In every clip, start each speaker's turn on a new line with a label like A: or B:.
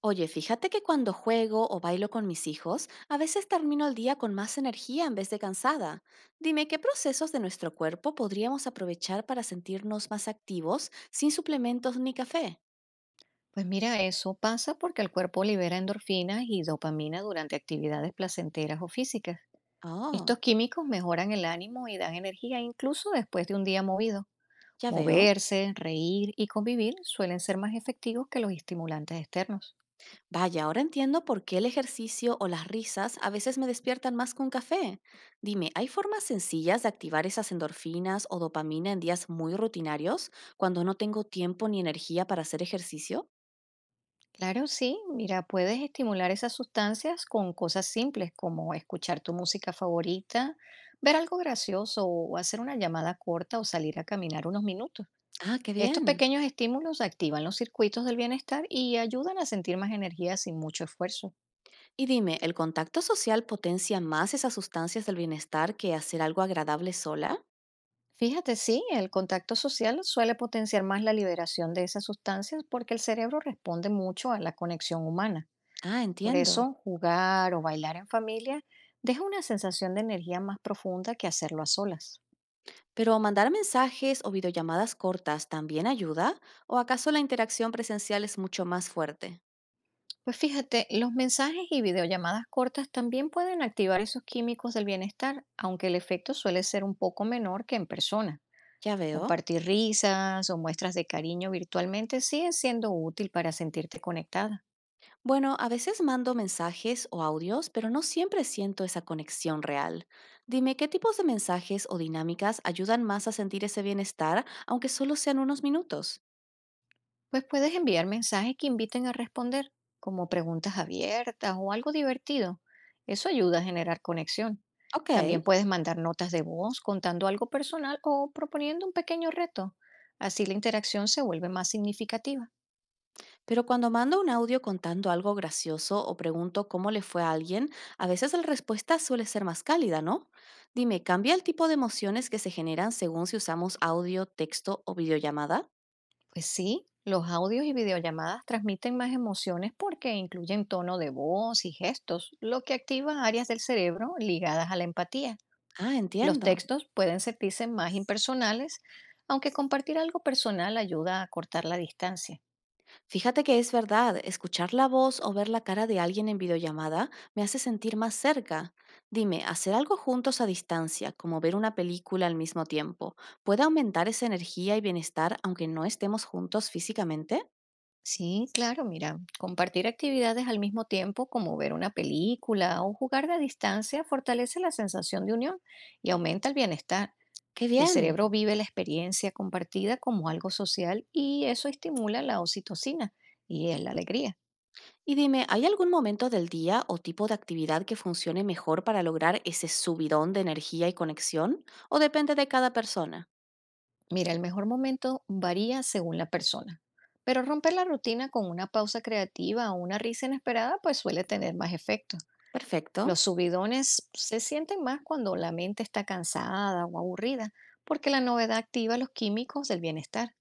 A: Oye, fíjate que cuando juego o bailo con mis hijos, a veces termino el día con más energía en vez de cansada. Dime, ¿qué procesos de nuestro cuerpo podríamos aprovechar para sentirnos más activos sin suplementos ni café?
B: Pues mira, eso pasa porque el cuerpo libera endorfinas y dopamina durante actividades placenteras o físicas.
A: Oh,
B: Estos químicos mejoran el ánimo y dan energía incluso después de un día movido.
A: ya veo.
B: Moverse, reír y convivir suelen ser más efectivos que los estimulantes externos.
A: Vaya, ahora entiendo por qué el ejercicio o las risas a veces me despiertan más con café. Dime, ¿hay formas sencillas de activar esas endorfinas o dopamina en días muy rutinarios, cuando no tengo tiempo ni energía para hacer ejercicio?
B: Claro, sí, mira, puedes estimular esas sustancias con cosas simples como escuchar tu música favorita, ver algo gracioso o hacer una llamada corta o salir a caminar unos minutos.
A: Ah, qué
B: Estos
A: bien.
B: pequeños estímulos activan los circuitos del bienestar y ayudan a sentir más energía sin mucho esfuerzo.
A: Y dime, ¿el contacto social potencia más esas sustancias del bienestar que hacer algo agradable sola?
B: Fíjate, sí, el contacto social suele potenciar más la liberación de esas sustancias porque el cerebro responde mucho a la conexión humana.
A: Ah,
B: Por
A: entiendo.
B: eso, jugar o bailar en familia deja una sensación de energía más profunda que hacerlo a solas.
A: Pero mandar mensajes o videollamadas cortas también ayuda, ¿o acaso la interacción presencial es mucho más fuerte?
B: Pues fíjate, los mensajes y videollamadas cortas también pueden activar esos químicos del bienestar, aunque el efecto suele ser un poco menor que en persona.
A: Ya veo.
B: Compartir risas o muestras de cariño virtualmente sigue siendo útil para sentirte conectada,
A: Bueno, a veces mando mensajes o audios, pero no siempre siento esa conexión real. Dime, ¿qué tipos de mensajes o dinámicas ayudan más a sentir ese bienestar, aunque solo sean unos minutos?
B: pues puedes enviar mensajes que inviten a responder, como preguntas abiertas o algo divertido. Eso ayuda a generar conexión.
A: Ok.
B: También puedes mandar notas de voz contando algo personal o proponiendo un pequeño reto. Así la interacción se vuelve más significativa.
A: Pero cuando mando un audio contando algo gracioso o pregunto cómo le fue a alguien, a veces la respuesta suele ser más cálida, ¿no? Dime, ¿cambia el tipo de emociones que se generan según si usamos audio, texto o videollamada?
B: Pues sí, los audios y videollamadas transmiten más emociones porque incluyen tono de voz y gestos, lo que activa áreas del cerebro ligadas a la empatía.
A: Ah,
B: Los
A: entiendo.
B: textos pueden sentirse más impersonales, aunque compartir algo personal ayuda a acortar la distancia.
A: Fíjate que es verdad, escuchar la voz o ver la cara de alguien en videollamada me hace sentir más cerca. Dime, hacer algo juntos a distancia, como ver una película al mismo tiempo, ¿puede aumentar esa energía y bienestar aunque no estemos juntos físicamente?
B: Sí, claro, mira, compartir actividades al mismo tiempo, como ver una película o jugar de distancia, fortalece la sensación de unión y aumenta el bienestar.
A: ¡Qué
B: El cerebro
A: bien!
B: vive la experiencia compartida como algo social y eso estimula la oxitocina y es la alegría.
A: Y dime, ¿hay algún momento del día o tipo de actividad que funcione mejor para lograr ese subidón de energía y conexión? ¿O depende de cada persona?
B: Mira, el mejor momento varía según la persona, pero romper la rutina con una pausa creativa o una risa inesperada pues suele tener más efecto.
A: Perfecto.
B: Los subidones se sienten más cuando la mente está cansada o aburrida, porque la novedad activa los químicos del bienestar.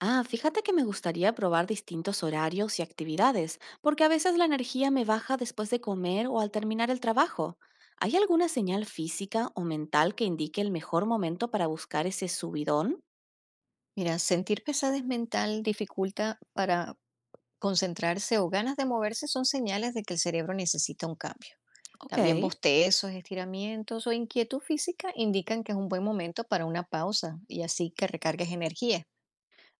A: Ah, fíjate que me gustaría probar distintos horarios y actividades, porque a veces la energía me baja después de comer o al terminar el trabajo. ¿Hay alguna señal física o mental que indique el mejor momento para buscar ese subidón?
B: Mira, sentir pesadez mental dificulta para concentrarse o ganas de moverse son señales de que el cerebro necesita un cambio.
A: Ok.
B: También bostezos, estiramientos o inquietud física indican que es un buen momento para una pausa y así que recargues energía.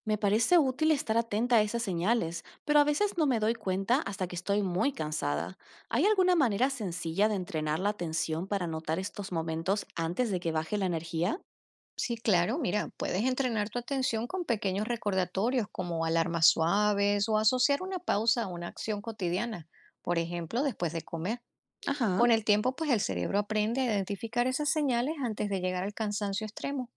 A: Me parece útil estar atenta a esas señales, pero a veces no me doy cuenta hasta que estoy muy cansada. ¿Hay alguna manera sencilla de entrenar la atención para notar estos momentos antes de que baje la energía?
B: Sí, claro, mira, puedes entrenar tu atención con pequeños recordatorios como alarmas suaves o asociar una pausa a una acción cotidiana, por ejemplo, después de comer.
A: Ajá.
B: Con el tiempo, pues el cerebro aprende a identificar esas señales antes de llegar al cansancio extremo.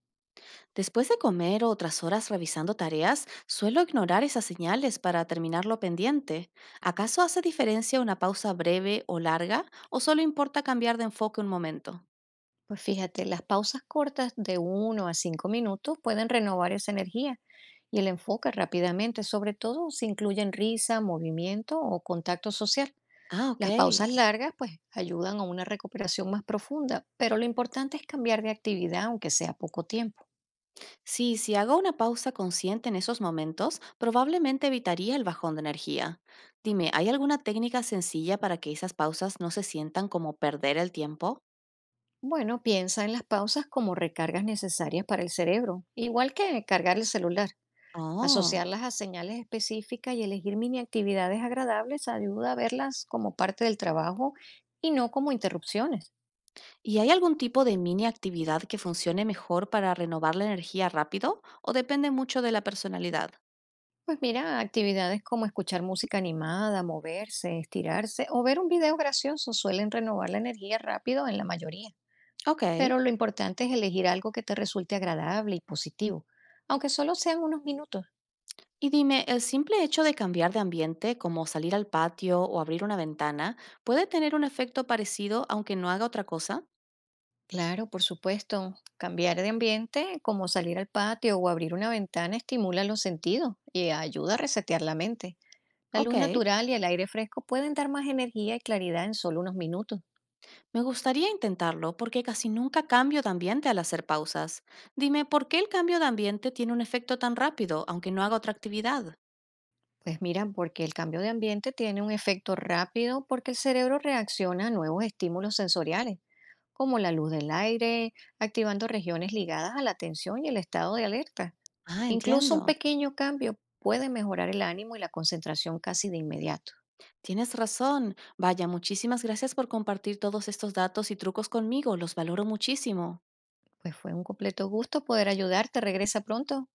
A: Después de comer o otras horas revisando tareas, suelo ignorar esas señales para terminar lo pendiente. ¿Acaso hace diferencia una pausa breve o larga o solo importa cambiar de enfoque un momento?
B: Pues fíjate, las pausas cortas de 1 a 5 minutos pueden renovar esa energía y el enfoque rápidamente, sobre todo si incluyen risa, movimiento o contacto social.
A: Ah, ok.
B: Las pausas largas pues ayudan a una recuperación más profunda, pero lo importante es cambiar de actividad aunque sea poco tiempo.
A: Sí, si hago una pausa consciente en esos momentos, probablemente evitaría el bajón de energía. Dime, ¿hay alguna técnica sencilla para que esas pausas no se sientan como perder el tiempo?
B: Bueno, piensa en las pausas como recargas necesarias para el cerebro, igual que cargar el celular.
A: Oh,
B: Asociarlas a señales específicas y elegir mini actividades agradables ayuda a verlas como parte del trabajo y no como interrupciones.
A: ¿y hay algún tipo de mini actividad que funcione mejor para renovar la energía rápido o depende mucho de la personalidad?
B: Pues mira, actividades como escuchar música animada, moverse, estirarse o ver un video gracioso suelen renovar la energía rápido en la mayoría.
A: Ok.
B: Pero lo importante es elegir algo que te resulte agradable y positivo, aunque solo sean unos minutos.
A: Y dime, ¿el simple hecho de cambiar de ambiente, como salir al patio o abrir una ventana, puede tener un efecto parecido aunque no haga otra cosa?
B: Claro, por supuesto. Cambiar de ambiente, como salir al patio o abrir una ventana, estimula los sentidos y ayuda a resetear la mente. La
A: Ok.
B: luz natural y el aire fresco pueden dar más energía y claridad en solo unos minutos.
A: Me gustaría intentarlo porque casi nunca cambio de ambiente al hacer pausas. Dime, ¿por qué el cambio de ambiente tiene un efecto tan rápido, aunque no haga otra actividad?
B: Pues mira, porque el cambio de ambiente tiene un efecto rápido porque el cerebro reacciona a nuevos estímulos sensoriales, como la luz del aire, activando regiones ligadas a la atención y el estado de alerta.
A: Ah,
B: Incluso un
A: entiendo.
B: pequeño cambio puede mejorar el ánimo y la concentración casi de inmediato.
A: Tienes razón. Vaya, muchísimas gracias por compartir todos estos datos y trucos conmigo. Los valoro muchísimo.
B: Pues fue un completo gusto poder ayudarte. Regresa pronto.